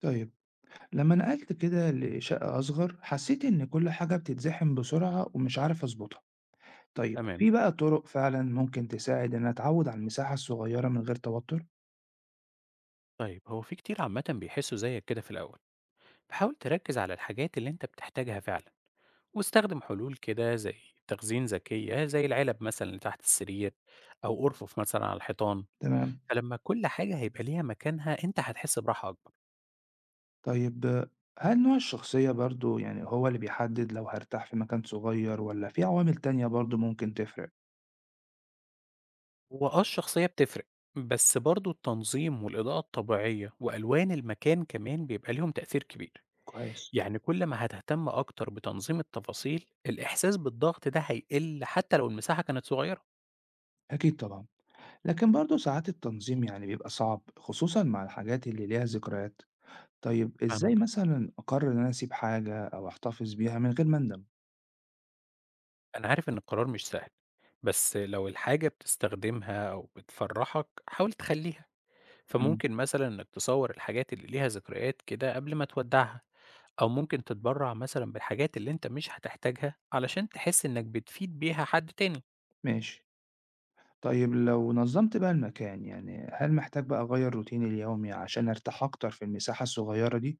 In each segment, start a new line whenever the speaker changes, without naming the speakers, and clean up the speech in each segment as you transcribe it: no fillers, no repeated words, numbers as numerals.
طيب، لما نقلت كده لشقة أصغر حسيت إن كل حاجة بتتزحم بسرعة ومش عارف أظبطها. طيب
تمام.
في بقى طرق فعلا ممكن تساعد إن أتعود على المساحة الصغيرة من غير توتر؟
طيب هو في كتير عامة بيحسوا زيك كده في الأول، فحاول تركز على الحاجات اللي أنت بتحتاجها فعلا، واستخدم حلول كده زي تخزين ذكية زي العلب مثلا اللي تحت السرير، أو أرفف مثلا على الحيطان.
تمام.
فلما كل حاجة هيبقى ليها مكانها أنت هتحس براحة أكبر.
طيب هل نوع الشخصية برضو يعني هو اللي بيحدد لو هرتاح في مكان صغير ولا في عوامل تانية برضو ممكن تفرق؟
وأه الشخصية بتفرق، بس برضو التنظيم والإضاءة الطبيعية وألوان المكان كمان بيبقى ليهم تأثير كبير.
كويس.
يعني كل ما هتهتم أكتر بتنظيم التفاصيل الإحساس بالضغط ده هيقل حتى لو المساحة كانت صغيرة.
أكيد طبعا. لكن برضو ساعات التنظيم يعني بيبقى صعب خصوصا مع الحاجات اللي ليها ذكريات. طيب إزاي
فاهمك.
مثلا أقرر إن أنا أسيب حاجة أو أحتفظ بيها من غير ما أندم؟
أنا عارف إن القرار مش سهل، بس لو الحاجة بتستخدمها أو بتفرّحك حاول تخلّيها،
إمم،
فممكن مثلًا إنك تصوّر الحاجات اللي ليها ذكريات كده قبل ما تودّعها، أو ممكن تتبرّع مثلًا بالحاجات اللي أنت مش هتحتاجها علشان تحس إنك بتفيد بيها حد تاني.
ماشي. طيب لو نظّمت بقى المكان، يعني هل محتاج بقى أغيّر روتيني اليومي عشان أرتاح أكتر في المساحة الصغيّرة دي؟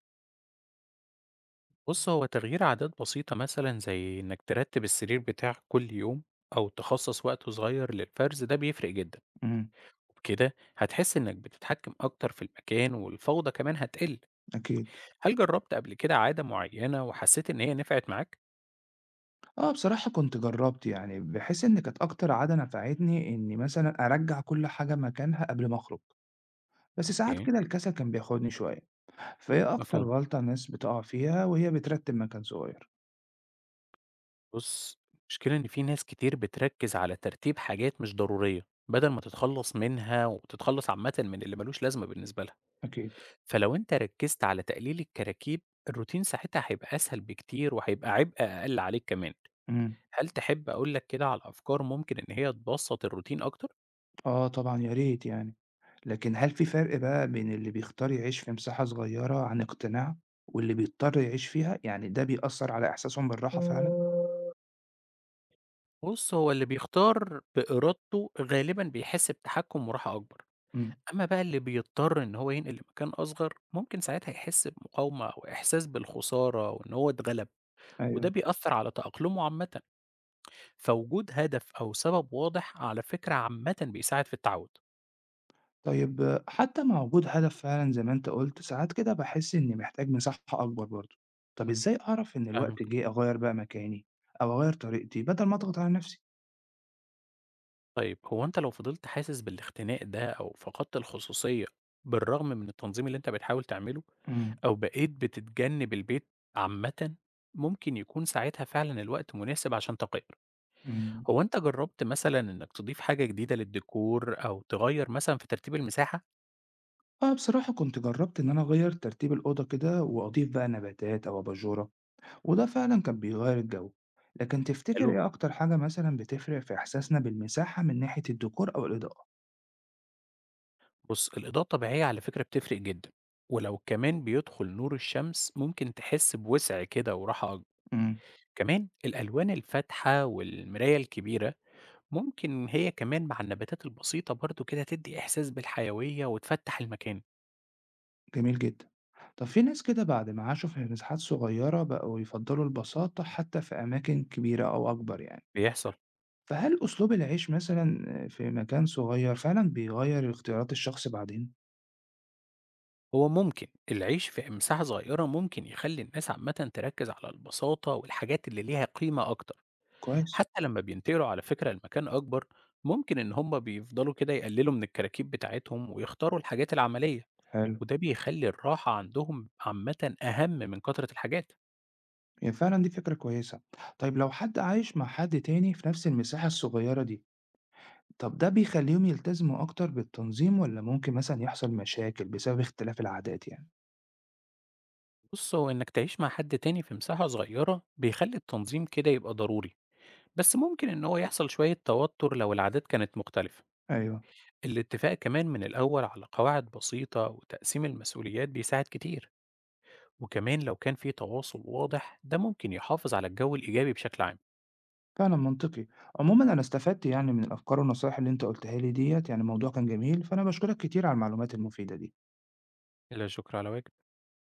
بُص، هو تغيير عادات بسيطة مثلًا زي إنك ترتّب السرير بتاعك كل يوم أو تخصّص وقت صغير للفرز ده بيفرق جدًا،
إمم،
وبكده هتحس إنك بتتحكم أكتر في المكان والفوضى كمان هتقل.
أكيد.
هل جرّبت قبل كده عادة معيّنة وحسّيت إن هي نفعت معاك؟
آه، بصراحة كنت جرّبت يعني، بحيث إن كانت أكتر عادة نفعتني إني مثلًا أرجّع كل حاجة مكانها قبل ما أخرج، بس ساعات
أوكي،
كده الكسل كان بياخدني شوية. فإيه أكتر
مفهوم.
غلطة الناس بتقع فيها وهي بترتّب مكان صغيّر؟
بُص، المشكلة إن في ناس كتير بتركّز على ترتيب حاجات مش ضرورية، بدل ما تتخلّص منها وتتخلّص عامةً من اللي ما لوش لازمة بالنسبة لها.
أكيد.
فلو أنت ركّزت على تقليل الكراكيب، الروتين ساعتها هيبقى أسهل بكتير وهيبقى عبء أقل عليك كمان.
إمم.
هل تحب أقول لك كده على أفكار ممكن إن هي تبسّط الروتين أكتر؟
آه طبعًا، يا ريت يعني. لكن هل في فرق بقى بين اللي بيختار يعيش في مساحة صغيرة عن اقتناع، واللي بيضطر يعيش فيها؟ يعني ده بيأثّر على إحساسهم بالراحة فعلًا؟
بُص، هو اللي بيختار بإرادته غالبًا بيحس بتحكُّم وراحة أكبر.
إمم،
أما بقى اللي بيضطر إن هو ينقل لمكان أصغر، ممكن ساعتها يحس بمقاومة أو إحساس بالخسارة وإن هو اتغلب، وده
أيوه.
بيأثر على تأقلمه عامةً، فوجود هدف أو سبب واضح على فكرة عامةً بيساعد في التعود.
طيب آه، حتى مع وجود هدف فعلًا زي ما أنت قُلت، ساعات كده باحس إني محتاج مساحة أكبر برضه. طب إزاي أعرف إن الوقت
فاهمك.
جِه أغيّر بقى مكاني أو أغيّر طريقتي بدل ما أضغط على نفسي؟
طيب هو أنت لو فضلت حاسس بالاختناق ده أو فقدت الخصوصية بالرغم من التنظيم اللي أنت بتحاول تعمله،
إمم،
أو بقيت بتتجنب البيت عامةً، ممكن يكون ساعتها فعلًا الوقت مناسب عشان تقل.
إمم.
هو أنت جرّبت مثلًا إنك تضيف حاجة جديدة للديكور أو تغيّر مثلًا في ترتيب المساحة؟
آه، بصراحة كنت جرّبت إن أنا أغيّر ترتيب الأوضة كده وأضيف بقى نباتات أو أباجورة وده فعلا كان بيغير الجو. لكن تفتكر
حلو.
ايه اكتر حاجة مثلا بتفرق في احساسنا بالمساحة من ناحية الديكور او الاضاءة؟
بُص، الإضاءة الطبيعية على فكرة بتفرق جدًا، ولو كمان بيدخل نور الشمس ممكن تحس بوسع كده وراحة أكبر.
امم.
كمان الألوان الفاتحة والمراية الكبيرة ممكن هي كمان مع النباتات البسيطة برضه كده تدّي إحساس بالحيوية وتفتح المكان.
جميل جدا. طب في ناس كده بعد ما عاشوا في مساحات صغيرة بقوا يفضلوا البساطة حتى في أماكن كبيرة أو أكبر يعني،
بيحصل.
فهل أسلوب العيش مثلا في مكان صغير فعلا بيغير اختيارات الشخص بعدين؟
هو ممكن العيش في مساحة صغيرة ممكن يخلّي الناس عامةً تركّز على البساطة والحاجات اللي ليها قيمة أكتر.
كويس.
حتى لمّا بينتقلوا على فكرة لمكان أكبر، ممكن إن هم بيفضلوا كده يقللوا من الكراكيب بتاعتهم ويختاروا الحاجات العملية،
حلو.
وده بيخلّي الراحة عندهم عامةً أهم من كترة الحاجات.
هي فعلا دي فكرة كويسة. طيب لو حد عايش مع حد تاني في نفس المساحة الصغيرة دي، طب ده بيخلّيهم يلتزموا أكتر بالتنظيم والّا ممكن مثلًا يحصل مشاكل بسبب اختلاف العادات يعني؟
بُص، هو إنك تعيش مع حد تاني في مساحة صغيرة بيخلّي التنظيم كده يبقى ضروري، بس ممكن إن هو يحصل شوية توتر لو العادات كانت مختلفة.
أيوه،
الاتفاق كمان من الأول على قواعد بسيطة وتقسيم المسؤوليات بيساعد كتير، وكمان لو كان في تواصل واضح، ده ممكن يحافظ على الجو الإيجابي بشكل عام.
فعلًا منطقي. عمومًا أنا استفدت يعني من الأفكار والنصايح اللي أنت قُلتها لي ديّة، يعني الموضوع كان جميل، فأنا باشكرك كتير على المعلومات المفيدة دي.
لا شكر على واجب.